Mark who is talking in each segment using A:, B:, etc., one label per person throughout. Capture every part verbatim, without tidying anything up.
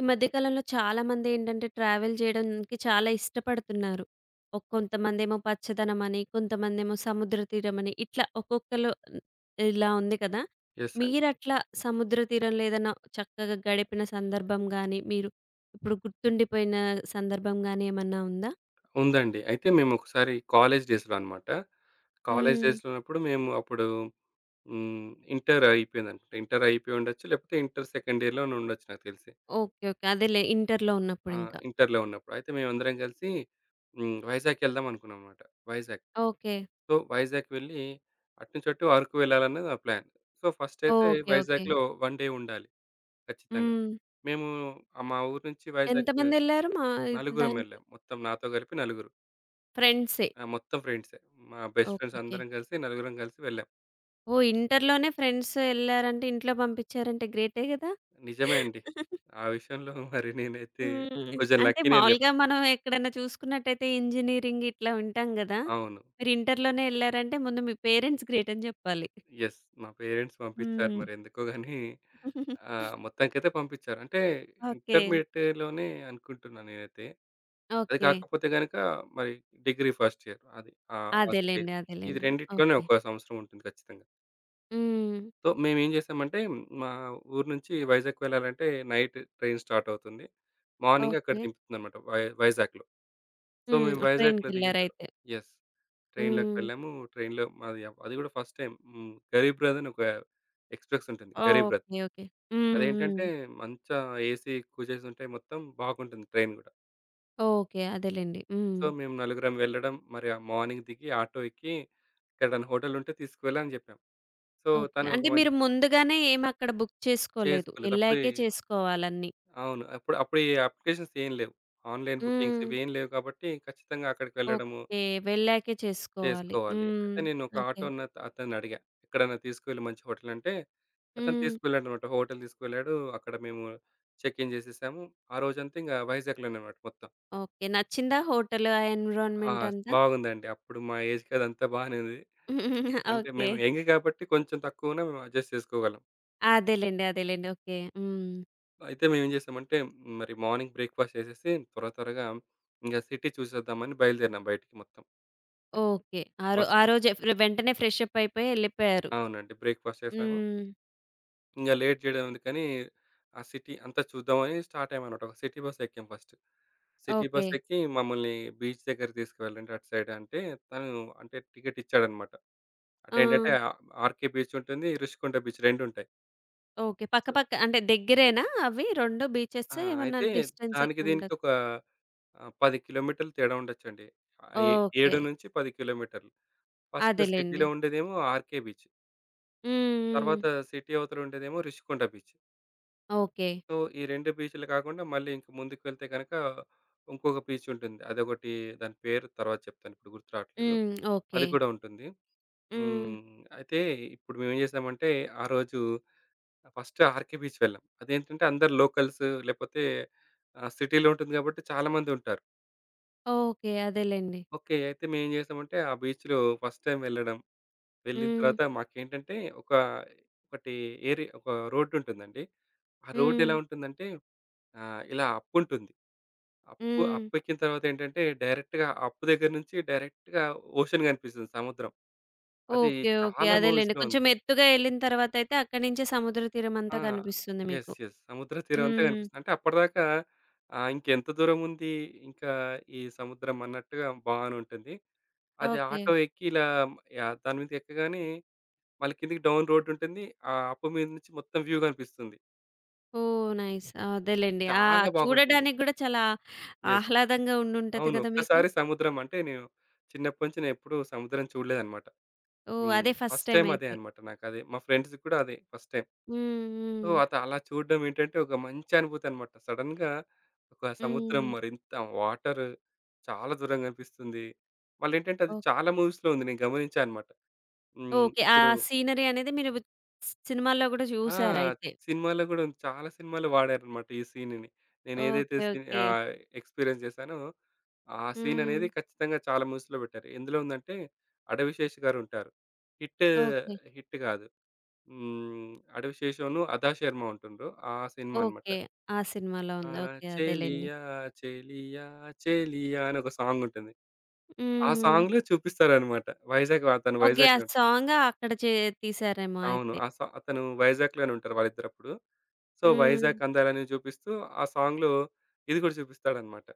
A: ఈ మధ్య కాలంలో చాలామందేంటంటే, ట్రావెల్ చేయడానికి చాలా ఇష్టపడుతున్నారు. ఒ కొంతమందేమో పచ్చదనమని, కొంతమందేమో సముద్ర తీరమని, ఇట్లా ఒక్కొక్కళ్ళు ఇలా ఉంది కదా!
B: యెస్ అండి.
A: మీరట్లా సముద్ర తీరంలో ఏదైనా చక్కగా గడిపిన సందర్భం గానీ, మీరు ఇప్పుడు గుర్తుండిపోయిన సందర్భం గానీ ఏమన్నా ఉందా?
B: ఉందండి. అయితే మేమొకసారి కాలేజ్ డేస్‌లో అనమాట. కాలేజ్
A: హ్మ్.
B: డేస్‌లో ఉన్నప్పుడు మేము అప్పుడు హ్మ్. ఇంటర్ అయిపోయిందనుకుంటా. ఇంటర్ అయిపోయి ఉండొచ్చు. లేకపోతే ఇంటర్ సెకండ్ ఇయర్‌లోనే ఉండొచ్చు నాకు తెలిసి.
A: ఓకే. ఓకే. అదేలే ఇంటర్‌లో
B: ఆ!
A: ఉన్నప్పుడింక.
B: ఇంటర్‌లో ఉన్నప్పుడు. అయితే మేమందరం కలిసి హ్మ్. వైజాగ్‌కెళ్దాం అనుకున్నాం అనమాట. వైజాగ్.
A: ఓకే.
B: సో, వైజాగ్ వెళ్ళి అటునుంచి అటు అరకు వెళ్ళాలన్నది నా ప్లాన్. సో, ఫస్ట్ అయితే
A: ఓకే. ఓకే.
B: వైజాగ్‌లో ఒక డే ఉండాలి ఖచ్చితంగా.
A: హ్మ్.
B: మేము ఆహ్, మా ఊరు నుంచి వైజాగ్
A: ఎంతమందెళ్లారు మా
B: నలుగురం
A: దానికి?
B: వెళ్ళాం. మొత్తం నాతో కలిపి నలుగురు.
A: ఫ్రెండ్సే.
B: ఆ! మొత్తం ఫ్రెండ్సే. మా బెస్ట్ ఫ్రెండ్స్
A: ఓకేకే.
B: అందరం కలిసి నలుగురం కలిసి వెళ్ళాం.
A: ఓహ్! ఇంటర్‌లోనే ఫ్రెండ్స్ ఎళ్లారంటే ఇంట్లో పంపించారంటే గ్రేటే గదా!
B: నిజమే అండి. ఆ విషయంలో మరి నేనైతే
A: హ్మ్.
B: కొంచెం
A: అంటే
B: లక్కీనే అని
A: మామూలుగా
B: చెప్పొచ్చు.
A: మనం ఎక్కడైనా చూసుకున్నట్టయితే ఇంజినీరింగ్ ఇట్లా వింటాం గదా!
B: అవును.
A: మీరు ఇంటర్‌లోనే ఎళ్లారంటే ముందు మీ పేరెంట్స్ గ్రేట్ అని జెప్పాలి.
B: యెస్. మా పేరెంట్స్ పంపించారు
A: హ్మ్.
B: మరెందుకో గానీ ఆహ్, మొత్తానికైతే పంపించారు. అంటే
A: ఓకే.
B: ఇంటర్మీడియేట్‌లోనే అనుకుంటున్నా నేనైతే. అది
A: ఓకే.
B: కాకపోతే గనక మరి డిగ్రీ ఫస్ట్ ఇయర్ అది. ఆ! ఆ స్టేజ్.
A: అదేలెండి.
B: ఇది
A: అదేలెండి.
B: రెండిట్లోనే
A: ఓకే.
B: ఒక సంవత్సరం ఉంటుంది ఖచ్చితంగా.
A: హ్మ్.
B: సో, మేమేం జేసామంటే మా ఊరు నుంచి వైజాగ్ వెళ్ళాలంటే నైట్ ట్రైన్ స్టార్ట్ అవుతుంది. మార్నింగ్ అక్కడ
A: ఓకే.
B: దింపుతుందనమాట వై వైజాగ్‌లో. సో,
A: హ్మ్.
B: మేము వైజాగ్‌లో దిగిన తర్వా
A: ట్రైన్‌కెళ్లారైతే.
B: యెస్. ట్రైన్‌లోకి
A: హ్మ్.
B: వెళ్ళాము. ట్రైన్‌లో మాది అప్- అది గూడా ఫస్ట్ టైమ్ హ్మ్. గరీబ్ రథ్ అని ఒక ఎక్స్‌ప్రెస్ ఉంటుంది. గరీబ్ రథ్.
A: ఓకే. ఓకే. హ్మ్. హ్మ్.
B: అదేంటంటే మంచా ఏసీ కూజెస్ ఉంటాయి. మొత్తం బాగుంటుంది ట్రైన్ గూడా.
A: ఓకే. అదేలెండి. హ్మ్.
B: సో, మేము నలుగురం వెళ్ళడం మరి ఆ మార్నింగ్ దిగి ఆటో ఎక్కి ఎక్కడైనా హోటల్ ఉంటే తీసుకువెళ్ళు అని జెప్పాం. So,
A: okay.
B: తను ఒక
A: అంటే
B: మంచి
A: మీరు ముందుగానే ఏమి అక్కడ బుక్ చేసుకోలేదు.
B: చేసుకోలేదు. అప్పుడే
A: ఎళ్ళాకే చేసుకోవాలన్నీ.
B: అవును. అప్పుడు అప్పుడు ఈ అప్లికేషన్స్ ఏం లేవు. ఆన్‌లైన్ బుకింగ్స్
A: హ్మ్.
B: ఇవేం లేవు కాబట్టి ఖచ్చితంగా అక్కడికి వెళ్ళడము
A: ఓకే. వెళ్ళాకే చేసుకోవాలి.
B: చేసుకోవాలి. అయితే
A: హ్మ్.
B: నేను ఒక
A: ఓకే.
B: ఆటో అన్న అతన్ని అడిగా. ఎక్కడన్నా తీసుకువెళ్ళు మంచి హోటల్ అంటే, అతను
A: హ్మ్.
B: తీసుకువెళ్ళాడన్నమాట. హోటల్ తీసుకువెళ్ళాడు. అక్కడ మేము చెక్ ఇన్ చేసేసాము. ఆ రోజంతా ఇంక వైజాగ్‌లోనే అన్నమాట మొత్తం.
A: ఓకే. నచ్చిందా హోటల్ ఆ
B: ఆ!
A: ఎన్విరాన్మెంట్ అంతా?
B: బాగుందండి. అప్పుడు మా ఏజ్‌కి అదంతా బానే ఉంది. అంటే
A: ఓకే.
B: మేము యంగ్ కాబట్టి కొంచెం తక్కువనే మేము అడ్జస్ట్ చేసుకోగలం.
A: అదేలెండి. అదేలెండి. ఓకే. హ్మ్.
B: అయితే మేమేం చేసామంటే మ్, మరి మార్నింగ్ బ్రేక్‌ఫాస్ట్ చేసేసి త్వర త్వరగా ఇంక సిటీ చూసేద్దామని బయలుదేరినాం బయటికి మొత్తం.
A: ఓకే. ఆ రో ఆ
B: ఫస్ట్
A: రోజే ఫ్రె వెంటనే ఫ్రెష్ అప్ అయిపోయి ఎళ్ళిపోయారు.
B: అవునండి. బ్రేక్‌ఫాస్ట్ చేసాము.
A: హ్మ్.
B: ఇంగా లేట్ చేయడం ఎందుకని, ఆ సిటీ అంతా చూద్దామని స్టార్ట్ అయ్యామన్నమాట. ఒక సిటీ బస్ ఎక్కాం ఫస్ట్. City
A: okay.
B: బస్ ఎక్కి మమ్మల్ని బీచ్ దగ్గరికి తీసుకువెళ్ళండి అటు సైడ్ అంటే, తను అంటే టికెట్ ఇచ్చాడన్నమాట.
A: ఆ!
B: అటేంటంటే ఆహ్, 'ఆర్‌కే బీచ్' ఉంటుంది, 'రిషికొండ బీచ్' రెండుంటాయి.
A: ఓకే. పక్క
B: సో
A: పక్క అంటే దగ్గరేనా అవి రెండు బీచెస్
B: ఆ!
A: ఏమన్నా
B: అయితే
A: డిస్టెన్స్
B: దానికి దీనికి
A: ఎక్కువుంటదా?
B: ఒక ఆహ్, పది కిలోమీటర్లు తేడా ఉండొచ్చండి. ఆహ్, ఏ
A: ఓకే.
B: ఏడు నుంచి పది కిలోమీటర్లు. ఫస్ట్
A: అదేలెండి.
B: సిటీలో ఉండేదేమో 'ఆర్‌కే బీచ్'.
A: హ్మ్. హ్మ్.
B: తర్వాత సిటీ అవతల ఉండేదేమో 'రిషికొండ బీచ్'.
A: ఓకే.
B: సో, ఈ రెండు బీచ్‌లు కాకుండా మళ్ళీ ఇంక ముందుకు వెళ్తే గనక ఇంకొక బీచ్ ఉంటుంది. అదొకటి దాని పేరు తర్వాత చెప్తాను. ఇప్పుడు గుర్తు రావట్లేదు.
A: హ్మ్. ఓకే.
B: అది కూడా ఉంటుంది.
A: హ్మ్.
B: హ్మ్. అయితే ఇప్పుడు మేమేం చేసామంటే ఆ రోజు ఫస్ట్ ఆర్‌కే బీచ్ వెళ్ళాం. అదేంటంటే అందరు లోకల్స్ లేకపోతే ఆహ్, సిటీలో ఉంటుంది కాబట్టి చాలామంది ఉంటారు.
A: ఓకే. అదేలెండి.
B: ఓకే. అయితే మేమేం చేసామంటే ఆ బీచ్‌లో ఫస్ట్ టైమ్ వెళ్ళడం. వెళ్ళిన
A: హ్మ్.
B: తర్వాత మాకేంటంటే ఒక ఒకటి ఏరి ఒక రోడ్డుంటుందండి. ఆ
A: హ్మ్.
B: రోడ్డెలా ఉంటుందంటే ఆహ్, ఇలా అప్పుంటుంది. అప్పు
A: హ్మ్.
B: అప్పెక్కిన తర్వాతేంటంటే, డైరెక్ట్‌గా అప్పు దగ్గర నుంచి డైరెక్ట్‌గా ఓషన్ కనిపిస్తుంది సముద్రం. అది
A: ఓకే. ఓకే.
B: చాలా
A: అదేలెండి.
B: మూవీస్‌లో
A: కొంచెం
B: ఉంది.
A: ఎత్తుగా ఎళ్ళిన తర్వాతయితే అక్కడి నుంచే సముద్ర తీరం
B: ఆ!
A: అంతా కనిపిస్తుంది
B: యెస్.
A: మీకు.
B: యెస్. సముద్ర తీరం అంతా
A: హ్మ్.
B: కనిపిస్తుంది. అంటే అప్పటిదాకా ఆహ్, ఇంకెంత దూరముంది, ఇంకా ఈ సముద్రం అన్నట్టుగా బానుంటుంది. అది
A: ఓకే.
B: ఆటో ఎక్కి ఇలా యాహ్! దాని మీదకి ఎక్కగానే మళ్ళీ కిందకి డౌన్ రోడ్డుంటుంది. ఆ అప్పు మీద నుంచి మొత్తం వ్యూ కనిపిస్తుంది.
A: ఓహ్! నైస్. అదేలెండి. ఆ!
B: చాలా బాగుంటుంది.
A: చూడడానికి గూడా చాలా
B: యెస్.
A: ఆహ్లాదంగా ఉండుంటది
B: అవును.
A: కదా మీకు?
B: ఒక్కసారి సముద్రం అంటే నేను చిన్నప్పటి నుంచి నేనెప్పుడూ సముద్రం చూడలేదనమాట.
A: ఓహ్!
B: హ్మ్.
A: అదే ఫస్ట్
B: ఫస్ట్
A: టైమ్
B: టైమ్ అదే
A: అయితే.
B: అన్నమాట నాకదే. మా ఫ్రెండ్స్‌కి కూడా అదే ఫస్ట్ టైమ్.
A: హ్మ్.
B: సో,
A: హ్మ్.
B: అత అలా చూడడం ఏంటంటే ఒక మంచి అనుభూతి అన్నమాట. సడెన్‌గా ఒక సముద్రం
A: హ్మ్.
B: మరింత వాటర్ చాలా దూరం కనిపిస్తుంది. మళ్ళేంటంటే అది
A: ఓహ్!
B: చాలా మూవీస్‌లో ఉంది. నేను గమనించా అన్నమాట. హ్మ్.
A: ఓకే. ఆ
B: ఇప్పుడు
A: సీనరీ అనేది మీరు సినిమాల్లో గూడా
B: ఆ!
A: చూసారయితే.
B: సినిమాలో కూడా ఉంది. చాలా సినిమాలో వాడారన్నమాట ఈ సీన్‌ని. నేనేదైతే
A: ఓకే.
B: Scene
A: okay.
B: ఆహ్, ఎక్స్‌పీరియన్స్ చేశానో ఆ సీన్
A: హ్మ్.
B: అనేది ఖచ్చితంగా చాలా మూవీస్‌లో పెట్టారు. ఎందులో ఉందంటే 'అడవి శేషు' గారుంటారు. Hit,
A: okay.
B: హిట్ కాదు. హ్మ్. 'అడవి శేషంను' 'అదా శర్మ' ఉంటుండ్రు. ఆ సినిమా అనమాట.
A: ఓకే. ఆ సినిమాలో ఉంది.
B: ఆహ్,
A: ఓకే. అదేలెండి.
B: 'చెలియా చెలియా చెలియా' అని ఒక సాంగ్ ఉంటుంది. ఆ
A: హుహు.
B: సాంగ్‌లో చూపిస్తారనమాట. వైజాగ్ అతను
A: ఓకే. ఆ
B: వైజాగ్‌లో
A: సాంగ్ అక్కడ చే తీశారేమో
B: అవును.
A: అయితే.
B: ఆ సా అతను వైజాగ్‌లోనే ఉంటారు వాళ్ళిద్దరప్పుడు. సో,
A: హ్మ్.
B: వైజాగ్ అందాలని చూపిస్తూ ఆ సాంగ్‌లో ఇది కూడా చూపిస్తాడనమాట.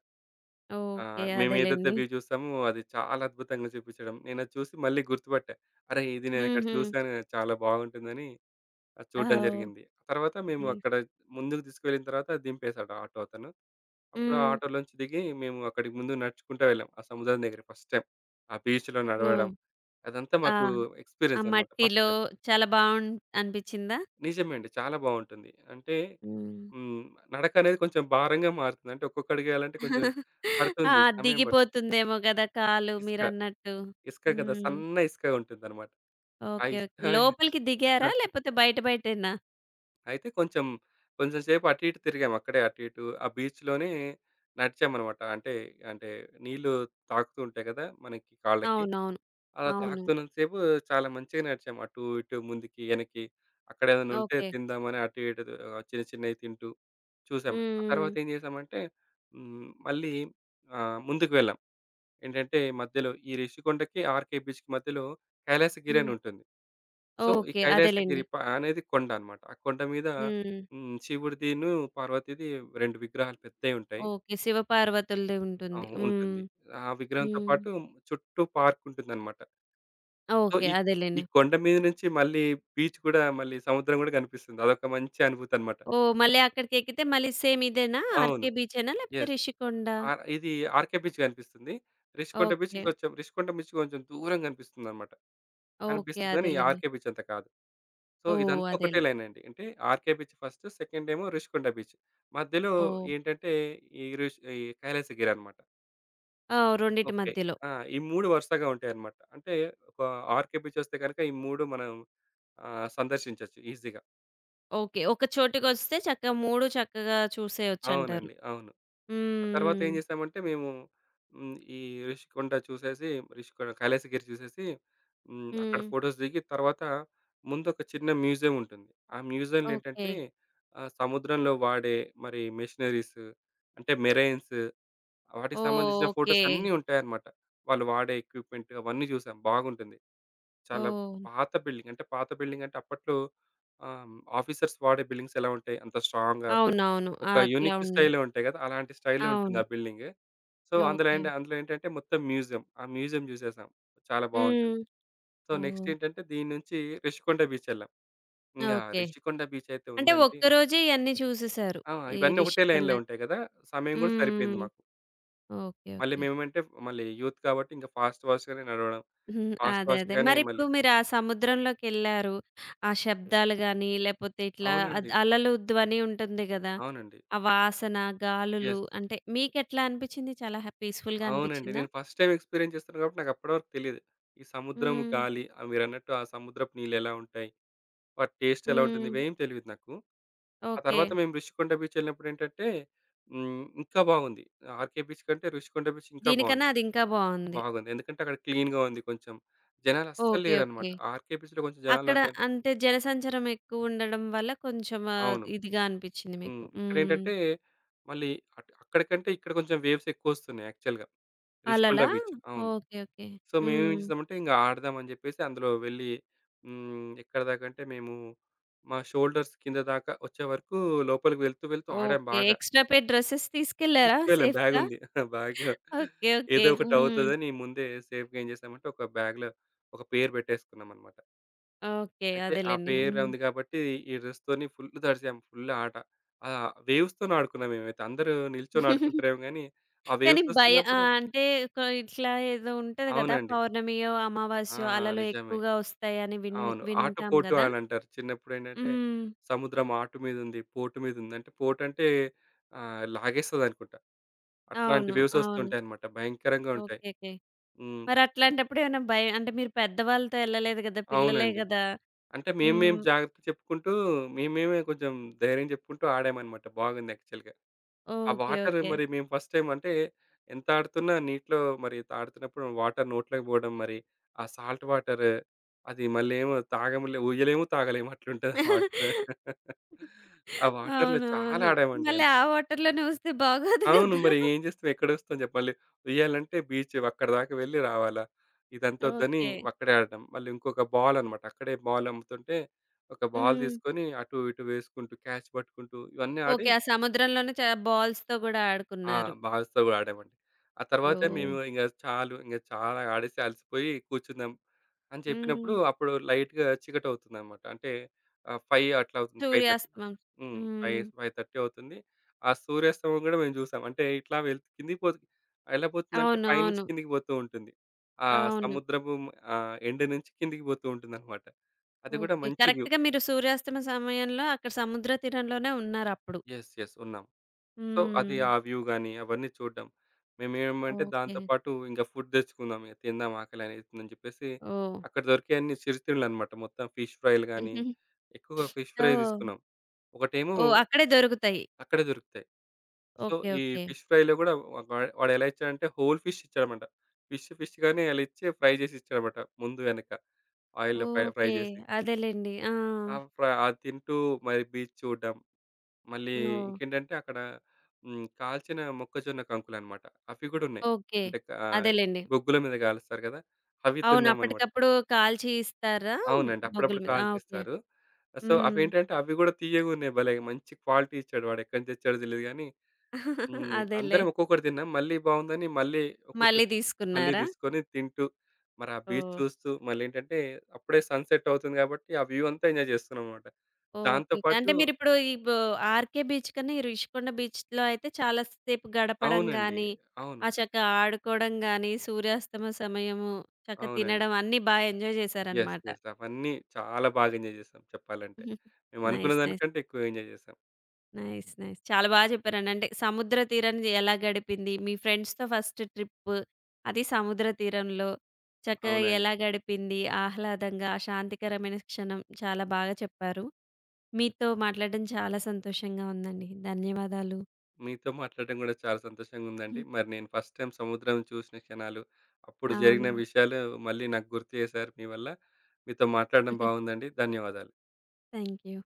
A: ఓకే.
B: ఆహ్, మేమేదైతే
A: అదేలెండి.
B: వ్యూ చూసామో అది చాలా అద్భుతంగా చూపించడం. నేనది చూసి మళ్ళీ గుర్తుపట్టా. అరె! ఇది నేనక్కడ
A: హుహు.
B: చూసాను. చాలా బాగుంటుందని అది చూడడం
A: ఓహ్!
B: జరిగింది. తర్వాత మేము
A: నైస్.
B: అక్కడ ముందుకు తీసుకువెళ్ళిన తర్వాత దింపేసాడు ఆ ఆటో అతను. అప్పుడు ఆ
A: హ్మ్.
B: ఆటోలోంచి దిగి మేము అక్కడికి ముందు నడుచుకుంటా వెళ్ళాం. ఆ సముద్రం దగ్గర ఫస్ట్ టైమ్. ఆ బీచ్‌లో
A: ఓహ్!
B: నడవడం అదంతా
A: ఆ!
B: మాకు
A: ఆ
B: ఎక్స్‌పీరియన్స్ అన్నమాట ఫస్ట్
A: మట్టిలో
B: టైమ్.
A: చాలా బావుం అనిపిచ్చిందా?
B: నిజమే అండి. చాలా బావుంటుంది. అంటే
A: హ్మ్.
B: హ్మ్. నడక అనేది కొంచెం భారంగా మారుతుంది. అంటే ఒక్కొక్క అడుగేయాలంటే కొంచెం
A: ఆ!
B: పడుతుంది. సమయం పడుతుంది.
A: దిగిపోతుందేమో గదా! కాలు
B: ఇసుక,
A: మీరన్నట్టు.
B: ఇసుక కదా!
A: హ్మ్.
B: సన్న ఇసుక ఉంటుందన్నమాట. ఆ
A: ఓకే.
B: ఇసుక
A: ఓకే. లోపలికి దిగారా? లేపోతే బయట బయటేనా?
B: అయితే కొంచెం, కొంచెం సేపు అటు ఇటు తిరిగాం. అక్కడే అటు ఇటు ఆ బీచ్‌లోనే నడిచామనమాట. అంటే, అంటే నీళ్ళు తాకుతూ ఉంటాయి కదా! మనకి కాళ్ళకి.
A: అవునవును.
B: అలా
A: అవును.
B: తాకుతున్నంత సేపు చాలా మంచిగా నడిచాం. అటు ఇటు ముందుకి, వెనక్కి అక్కడ ఏదైనా ఉంటే
A: ఓకే.
B: తిందామని అటు ఇటు ఆహ్, చిన్న చిన్నవి తింటూ చూసాం. ఆ
A: హ్మ్.
B: తర్వాత ఏం చేసామంటే హ్మ్, మళ్ళీ ఆహ్, ముందుకు వెళ్ళాం. ఏంటంటే మధ్యలో ఈ రిషికొండకి, ఆర్‌కే బీచ్‌కి మధ్యలో కైలాసగిరి అని
A: హ్మ్.
B: ఉంటుంది. సో, ఈ
A: ఓకే.
B: కైలాసగిరి
A: అదేలెండి.
B: ప అనేది కొండ అన్నమాట. ఆ కొండ మీద
A: హ్మ్.
B: హ్మ్. శివుడిదిను, పార్వతిది రెండు విగ్రహాలు పెద్దయి ఉంటాయి.
A: ఓకే. శివపార్వతులది
B: ఆ!
A: ఉంటుంది. హ్మ్.
B: ఉంటుంది. ఆ విగ్రహంతో
A: హ్మ్.
B: పాటు చుట్టూ పార్క్ ఉంటుందన్నమాట. So,
A: okay.
B: ఈ ఈ
A: అదేలెండి.
B: కొండ మీద నుంచి మళ్ళీ బీచ్ కూడా మళ్ళీ సముద్రం గూడా కనిపిస్తుంది. అదొక మంచి అనుభూతి అన్నమాట.
A: ఓహ్! మళ్ళీ అక్కడికెక్కితే మళ్ళీ సేమ్ ఇదేనా?
B: అవును.
A: ఆర్‌కే బీచేనా? లేకపోతే
B: యెస్.
A: రిషికొండ?
B: ఆహ్, ఇది ఆర్‌కే బీచ్ కనిపిస్తుంది. Rishikonda beach
A: okay.
B: ఇంకొంచెం రిషికొండ బీచ్ కొంచెం దూరం కనిపిస్తుందన్నమాట.
A: ఓకే.
B: కనిపిస్తుంది గాని
A: అదేలెండి.
B: ఆర్‌కే బీచ్ అంత కాదు. So,
A: oh!
B: ఇదంతా ఒకటే
A: అదేలే.
B: లైనండి. అంటే 'ఆర్‌కే బీచ్' ఫస్ట్, సెకండ్ ఏమో 'రిషికొండ బీచ్.' మధ్యలో
A: ఓహ్!
B: ఏంటంటే ఈ రిష్ ఈ కైలాసగిరనమాట.
A: ఆ! రెండిటి
B: ఓకే.
A: మధ్యలో.
B: ఆ! ఈ మూడు వరుసగా ఉంటాయన్నమాట. అంటే ఒక 'ఆర్‌కే బీచ్' వస్తే గనుక ఈ మూడు మనం ఆహ్, సందర్శించొచ్చు ఈజీగా.
A: ఓకే. ఒక చోటికొస్తే చక్కగా మూడు చక్కగా చూసేయొచ్చంటారు.
B: అవునండి. అవును.
A: హ్మ్.
B: ఆ తర్వాత ఏం
A: హ్మ్.
B: చేసామంటే మేము హ్మ్, ఈ రిషికొండ చూసేసి, రిషికొండ కైలాసగిరి చూసేసి హ్మ్, అక్కడ
A: హ్మ్.
B: ఫోటోస్ దిగి తర్వాత ముందు ఒక చిన్న మ్యూజియం ఉంటుంది. ఆ మ్యూజియంలో
A: ఓకే.
B: ఏంటంటే ఆహ్, సముద్రంలో వాడే మరి మెషినరీస్ అంటే మెరైన్స్ వాటికి
A: ఓహ్!
B: సంబంధించిన
A: ఓకే.
B: ఫోటోస్ అన్నీ ఉంటాయన్నమాట. వాళ్ళు వాడే ఎక్విప్‌మెంట్ అవన్నీ చూసాం బాగుంటుంది. చాలా
A: ఓహ్!
B: పాత బిల్డింగ్ అంటే పాత బిల్డింగ్ అంటే అప్పట్లో ఆహ్, ఆఫీసర్స్ వాడే బిల్డింగ్స్ ఎలా ఉంటాయి అంత స్ట్రాంగ్‌గా
A: అవునవును.
B: ఒక
A: అట్లా
B: యూనిక్
A: ఉన్నాయి.
B: స్టైల్‌లో ఉంటాయి కదా! అలాంటి స్టైల్‌లో ఉంటుంది
A: అవును.
B: ఆ బిల్డింగ్. సో, అందులో
A: ఓకే.
B: ఏంటి అందులో ఏంటంటే మొత్తం మ్యూజియం. ఆ మ్యూజియం చూసేసాం. చాలా బావుంటుంది.
A: హ్మ్.
B: So, next
A: oh!
B: ఏంటంటే దీని నుంచి రిషికొండ బీచ్ ఎళ్ళాం. ఇంగా
A: ఓకే.
B: రిషికొండ బీచ్ అయితే
A: అంటే
B: ఉందంటే
A: ఒక్కరోజే ఇయన్నీ చూసేసారు.
B: ఆ!
A: ఈ
B: ఇవన్నీ ఒకటే
A: రిషికొండ.
B: లైన్‌లో ఉంటాయి కదా! సమయం కూడా సరిపోయింది
A: హ్మ్.
B: మాకు.
A: ఓకే.
B: మళ్ళీ
A: ఓకే.
B: మేమేమంటే మళ్ళీ యూత్ కాబట్టి ఇంకా ఫాస్ట్ ఫాస్ట్‌గానే నడవడం.
A: హ్మ్.
B: ఫాస్ట్
A: అదే. అదే.
B: ఫాస్ట్‌గానే మళ్ళీ
A: మరిప్పుడు మీరు ఆ సముద్రంలోకెళ్లారు. ఆ శబ్దాలు గాని, లేపోతే ఇట్లా అద్
B: అవునండి.
A: అలలు ధ్వని ఉంటుంది గదా!
B: అవునండి.
A: ఆ వాసన, గాలులు
B: యెస్.
A: అంటే మీకెట్లా అనిపిచ్చింది? చాలా హ్యా పీస్‌ఫుల్‌గా
B: అవునండి.
A: అనిపిచ్చిందా?
B: నేను ఫస్ట్ టైమ్ ఎక్స్‌పీరియన్స్ చేస్తున్నాను కాబట్టి నాకు అప్పటి వరకు తెలీదు. ఈ సముద్రం
A: హ్మ్.
B: గాలి ఆహ్, మీరన్నట్టు ఆ సముద్రపు నీళ్ళు ఎలా ఉంటాయి? వాటి టేస్ట్ ఎలా ఉంటుంది?
A: హ్మ్.
B: ఇవేం తెలీదు నాకు. ఆ
A: ఓకే.
B: తర్వాత మేము రుషికొండ బీచ్ ఎళ్ళినప్పుడేంటంటే హ్మ్. ఇంకా బాగుంది. 'ఆర్‌కే బీచ్' కంటే రుషికొండ బీచ్ ఇంకా బాగుంది.
A: దీనికన్నా అదింకా బావుంది.
B: బాగుంది. ఎందుకంటే అక్కడ క్లీన్‌గా ఉంది కొంచెం. జనాలు అస్సలు
A: ఓకే.
B: లేరనమాట.
A: ఓకే.
B: 'ఆర్‌కే బీచ్‌లో' కొంచెం
A: అక్కడ
B: జనాలున్నారు గానీ
A: అంటే జనసంచారం ఎక్కువుండడం వల్ల కొంచెం ఆహ్,
B: అవును.
A: ఇదిగా అనిపిచ్చింది
B: హ్మ్.
A: మీకు. హ్మ్.
B: ఇక్కడేంటంటే మళ్ళీ అట్ అక్కడికంటే ఇక్కడ కొంచెం వేవ్స్ ఎక్కువొస్తున్నాయి యాక్చువల్‌గా. రిషికొండ
A: అలలా?
B: బీచ్‌లో. అవును.
A: ఓకే. ఓకే.
B: సో, మేమేం
A: హ్మ్.
B: చేసామంటే ఇంక ఆడదాం అని చెప్పేసి అందులో వెళ్ళి హ్మ్. ఎక్కడ దాకంటే మేము మా షోల్డర్స్ కింద దాకా వచ్చే వరకు లోపలికి వెళ్తూ, వెళ్తూ ఆడాం
A: ఓకే.
B: బాగా.
A: ఎక్స్‌ట్రా పెయిర్ డ్రెసెస్ తీసుకెళ్లారా
B: తీసుకెళ్ళాం.
A: సేఫ్‌గా?
B: బ్యాగుంది. Bag
A: okay. ఓకే.
B: ఏదో ఒకటి
A: హ్మ్.
B: అవుతదని ముందే సేఫ్‌గా ఏం చేశామంటే, ఒక బ్యాగ్‌లో ఒక పేరు పెట్టేసుకున్నామనమాట.
A: ఓకే.
B: అయితే ఆ
A: అదేలెండి.
B: పేరు
A: హ్మ్.
B: ఉంది కాబట్టి, ఈ డ్రెస్‌తోని ఫుల్ తడిసాం. ఫుల్ ఆట. ఆహ్, వేవ్స్‌తోని ఆడుకున్నాం మేమైతే. అందరూ నిల్చొని ఆడుకుంటారేమో గానీ, ఆ
A: కానీ
B: వేవ్స్
A: భయ
B: వస్తున్నప్పుడు
A: ఆహ్, అంటే కొ ఇట్లా ఏదో ఉంటది గదా!
B: అవునండి.
A: పౌర్ణమియో,
B: ఆ!
A: అమావాస్యో అలలు
B: నిజమే.
A: ఎక్కువగా వస్తాయని విన్
B: అవును. ఆట
A: వింటాం
B: పోటు
A: గదా!
B: అని అంటారు. చిన్నప్పుడేంటంటే,
A: హ్మ్.
B: సముద్రం ఆటు మీదుంది, పోటు మీదుంది. అంటే పోటంటే ఆహ్, లాగేస్తదనుకుంటా. అట్లాంటి
A: అవును.
B: వేవ్స్
A: అవును.
B: వస్తుంటాయన్నమాట. భయంకరంగా ఉంటాయి.
A: ఓకే. ఓకే.
B: హ్మ్.
A: మరట్లాంటప్పుడు ఏమైనా భయం అంటే మీరు పెద్దవాళ్ళతో ఎళ్ళలేదు గదా! పిల్లలే
B: అవునండి.
A: గదా!
B: అంటే మేమేం
A: హ్మ్.
B: జాగ్రత్త చెప్పుకుంటూ, మేమేమే కొంచెం ధైర్యం చెప్పుకుంటూ ఆడామనమాట. బాగుంది యాక్చువల్‌గా. ఆ
A: ఓకే.
B: Water
A: okay.
B: మరి మేము ఫస్ట్ టైమ్ అంటే ఎంత ఆడుతున్నా నీటిలో మరి ఆడుతున్నప్పుడు వాటర్ నోట్లోకి పోవడం మరి ఆ సాల్ట్ వాటర్ అది మళ్ళీ ఏమో తాగములే ఊయలేము, తాగలేము అట్లుంటది ఆ వాటర్. ఆ వాటర్‌లో చాలా
A: అవునవును.
B: ఆడామండి.
A: మళ్ళీ ఆ వాటర్‌లోనే ఊస్తే బాగోదు
B: అవును.
A: గదా!
B: మరి ఏం చేస్తాం? ఎక్కడొస్తాం చెప్పు? మళ్ళీ ఉయ్యాలంటే బీచ్ అక్కడి దాకా వెళ్ళి రావాలా? ఇదంతా వద్దని
A: ఓకే.
B: అక్కడే ఆడడం. మళ్ళీ ఇంకొక బాల్ అన్నమాట. అక్కడే బాల్ అమ్ముతుంటే ఒక బాల్
A: హ్మ్.
B: తీసుకొని అటు ఇటు వేసుకుంటూ క్యాచ్ పట్టుకుంటూ ఇవన్నీ ఆడి
A: ఓకే. ఆ సముద్రంలోనే చ బాల్స్‌తో గూడా
B: ఆ!
A: ఆడుకున్నారు.
B: బాల్స్‌తో కూడా ఆడామండి. ఆ తర్వాత
A: ఓహ్!
B: మేము ఇంక చాలు ఇంక చాలా ఆడేసి అలసిపోయి కూర్చున్నాం. అని చెప్పినప్పుడు
A: హ్మ్.
B: అప్పుడు లైట్‌గా చీకటవుతుందనమాట. అంటే ఆహ్, ఐదు అట్లా అవుతుంది. ఐదున్నర
A: సూర్యాస్తమం.
B: హ్మ్.
A: హ్మ్.
B: ఐదు, ఐదున్నర అవుతుంది. ఆ సూర్యాస్తమయం గూడా మేము జూసాం. అంటే ఇట్లా వెళ్ కిందికి పోతు ఎలా పోతుందంటే పైనుంచి
A: అవునవును.
B: కిందికి పోతూ ఉంటుంది. ఆ
A: అవును.
B: సముద్రపు ఆహ్, ఎండ్ నుంచి కిందికి పోతూ ఉంటుందనమాట. అది గూడా
A: ఓకే.
B: మంచి వ్యూ.
A: కరెక్ట్‌గా మీరు సూర్యాస్తమ సమయంలో అక్కడ సముద్ర తీరంలోనే ఉన్నారప్పుడు.
B: యెస్. యెస్. ఉన్నాం. సో, అది
A: హ్మ్.
B: ఆ వ్యూ గాని, అవన్నీ చూడడం. మేమేమంటే
A: ఓకే.
B: దాంతో పాటు ఇంక ఫుడ్ తెచ్చుకుందాం ఇక తిందాం ఆకలనేస్తుందని చెప్పేసి,
A: ఓహ్!
B: అక్కడ దొరికేయన్ని చిరుతిండ్లనమాట. మొత్తం ఫిష్ ఫ్రైలు గాని, ఎక్కువగా ఫిష్ ఫ్రై
A: ఓహ్!
B: తీసుకున్నాం. ఒకటేమో
A: ఓహ్! అక్కడే దొరుకుతాయి.
B: అక్కడే దొరుకుతాయి. So,
A: okay.
B: ఈ
A: ఓకే.
B: ఫిష్ ఫ్రైలో గూడా వా వా- వాడు ఎలా ఇచ్చాడంటే హోల్ ఫిష్ ఇచ్చాడనమాట. ఫిష్ ఫిష్‌గానే అలా ఇచ్చి ఫ్రై చేసి ఇచ్చాడనమాట. ముందు వెనక ఆయిల్‌లో ఫ్రై ఫ్రై
A: ఓకే.
B: చేసి.
A: అదేలెండి. ఆ!
B: ఆ! ఫ్ర అది తింటూ మరి బీచ్ చూడడం. మళ్ళీ
A: ఓహ్!
B: ఇంకేంటంటే అక్కడ హ్మ్. కాల్చిన మొక్కజొన్న కంకులనమాట. అవి గూడా ఉన్నాయి.
A: ఓకే.
B: అంటే కా
A: అదేలెండి.
B: బొగ్గుల మీద కాలుస్తారు గదా! అవి
A: అవును.
B: తిన్నామనమాట.
A: అప్పటికప్పుడు కాల్చి ఇస్తారా?
B: అవునండి.
A: బొగ్గుల
B: అప్పుడప్పుడు
A: మీద. ఆ! ఓకే.
B: కాల్చేస్తారు. సో,
A: హ్మ్.
B: అవేంటంటే అవి గూడా తియ్యగున్నాయి భలే! మంచి క్వాలిటీ ఇచ్చాడు వాడు. ఎక్కడి నుంచి తెచ్చాడో తెలీదు గానీ హ్మ్.
A: అదేలే.
B: అందరం ఒక్కొక్కటి తిన్నాం. మళ్ళీ బావుందని మళ్ళీ
A: మళ్ళీ
B: ఒక్కొక్కటి మళ్ళీ
A: తీసుకున్నారా?
B: తీసుకొని తింటూ మరి ఆ బీచ్
A: ఓహ్!
B: చూస్తూ మళ్ళేంటంటే అప్పుడే సన్‌సెట్ అవుతుంది గాబట్టి ఆ వ్యూ అంతా ఎంజాయ్ చేస్తున్నామనమాట. దాంతో
A: ఓకే.
B: పాటు
A: అంటే మీరిప్పుడు ఈ బొ ఆర్‌కే బీచ్ కన్నా ఈ రిషికొండ బీచ్‌లో అయితే చాలా సేపు గడపడం
B: అవునండి.
A: గానీ,
B: అవును.
A: ఆ చక్కగా ఆడుకోవడం గానీ, సూర్యాస్తమ సమయము, చక్కగా
B: అవునండి.
A: తినడం అన్నీ బా ఎంజాయ్
B: యెస్.
A: చేశారనమాట.
B: యెస్. అవన్నీ చాలా బాగా ఎంజాయ్ చేసాం చెప్పాలంటే. మేము అనుకున్న
A: నైస్. నైస్.
B: దానికంటే ఎక్కువ ఎంజాయ్ చేసాం.
A: నైస్. నైస్. చాలా బాగా చెప్పారండి. అంటే సముద్ర తీరాన్ని ఎలా గడిపింది? మీ ఫ్రెండ్స్‌తో ఫస్ట్ ట్రిప్ అది సముద్ర తీరంలో చక్కగా
B: అవునండి.
A: ఎలా గడిపింది? ఆహ్లాదంగా, ఆ శాంతికరమైన క్షణం చాలా బాగా చెప్పారు. మీతో మాట్లాడడం చాలా సంతోషంగా ఉందండి. ధన్యవాదాలు.
B: మీతో మాట్లాడడం గూడా చాలా సంతోషంగా ఉందండి. మరి నేను ఫస్ట్ టైమ్ సముద్రం చూసిన క్షణాలు, అప్పుడు
A: అవును.
B: జరిగిన విషయాలు మళ్ళీ నాకు గుర్తు చేశారు మీ వల్ల. మీతో మాట్లాడడం బాగుందండి. ధన్యవాదాలు.
A: Thank you.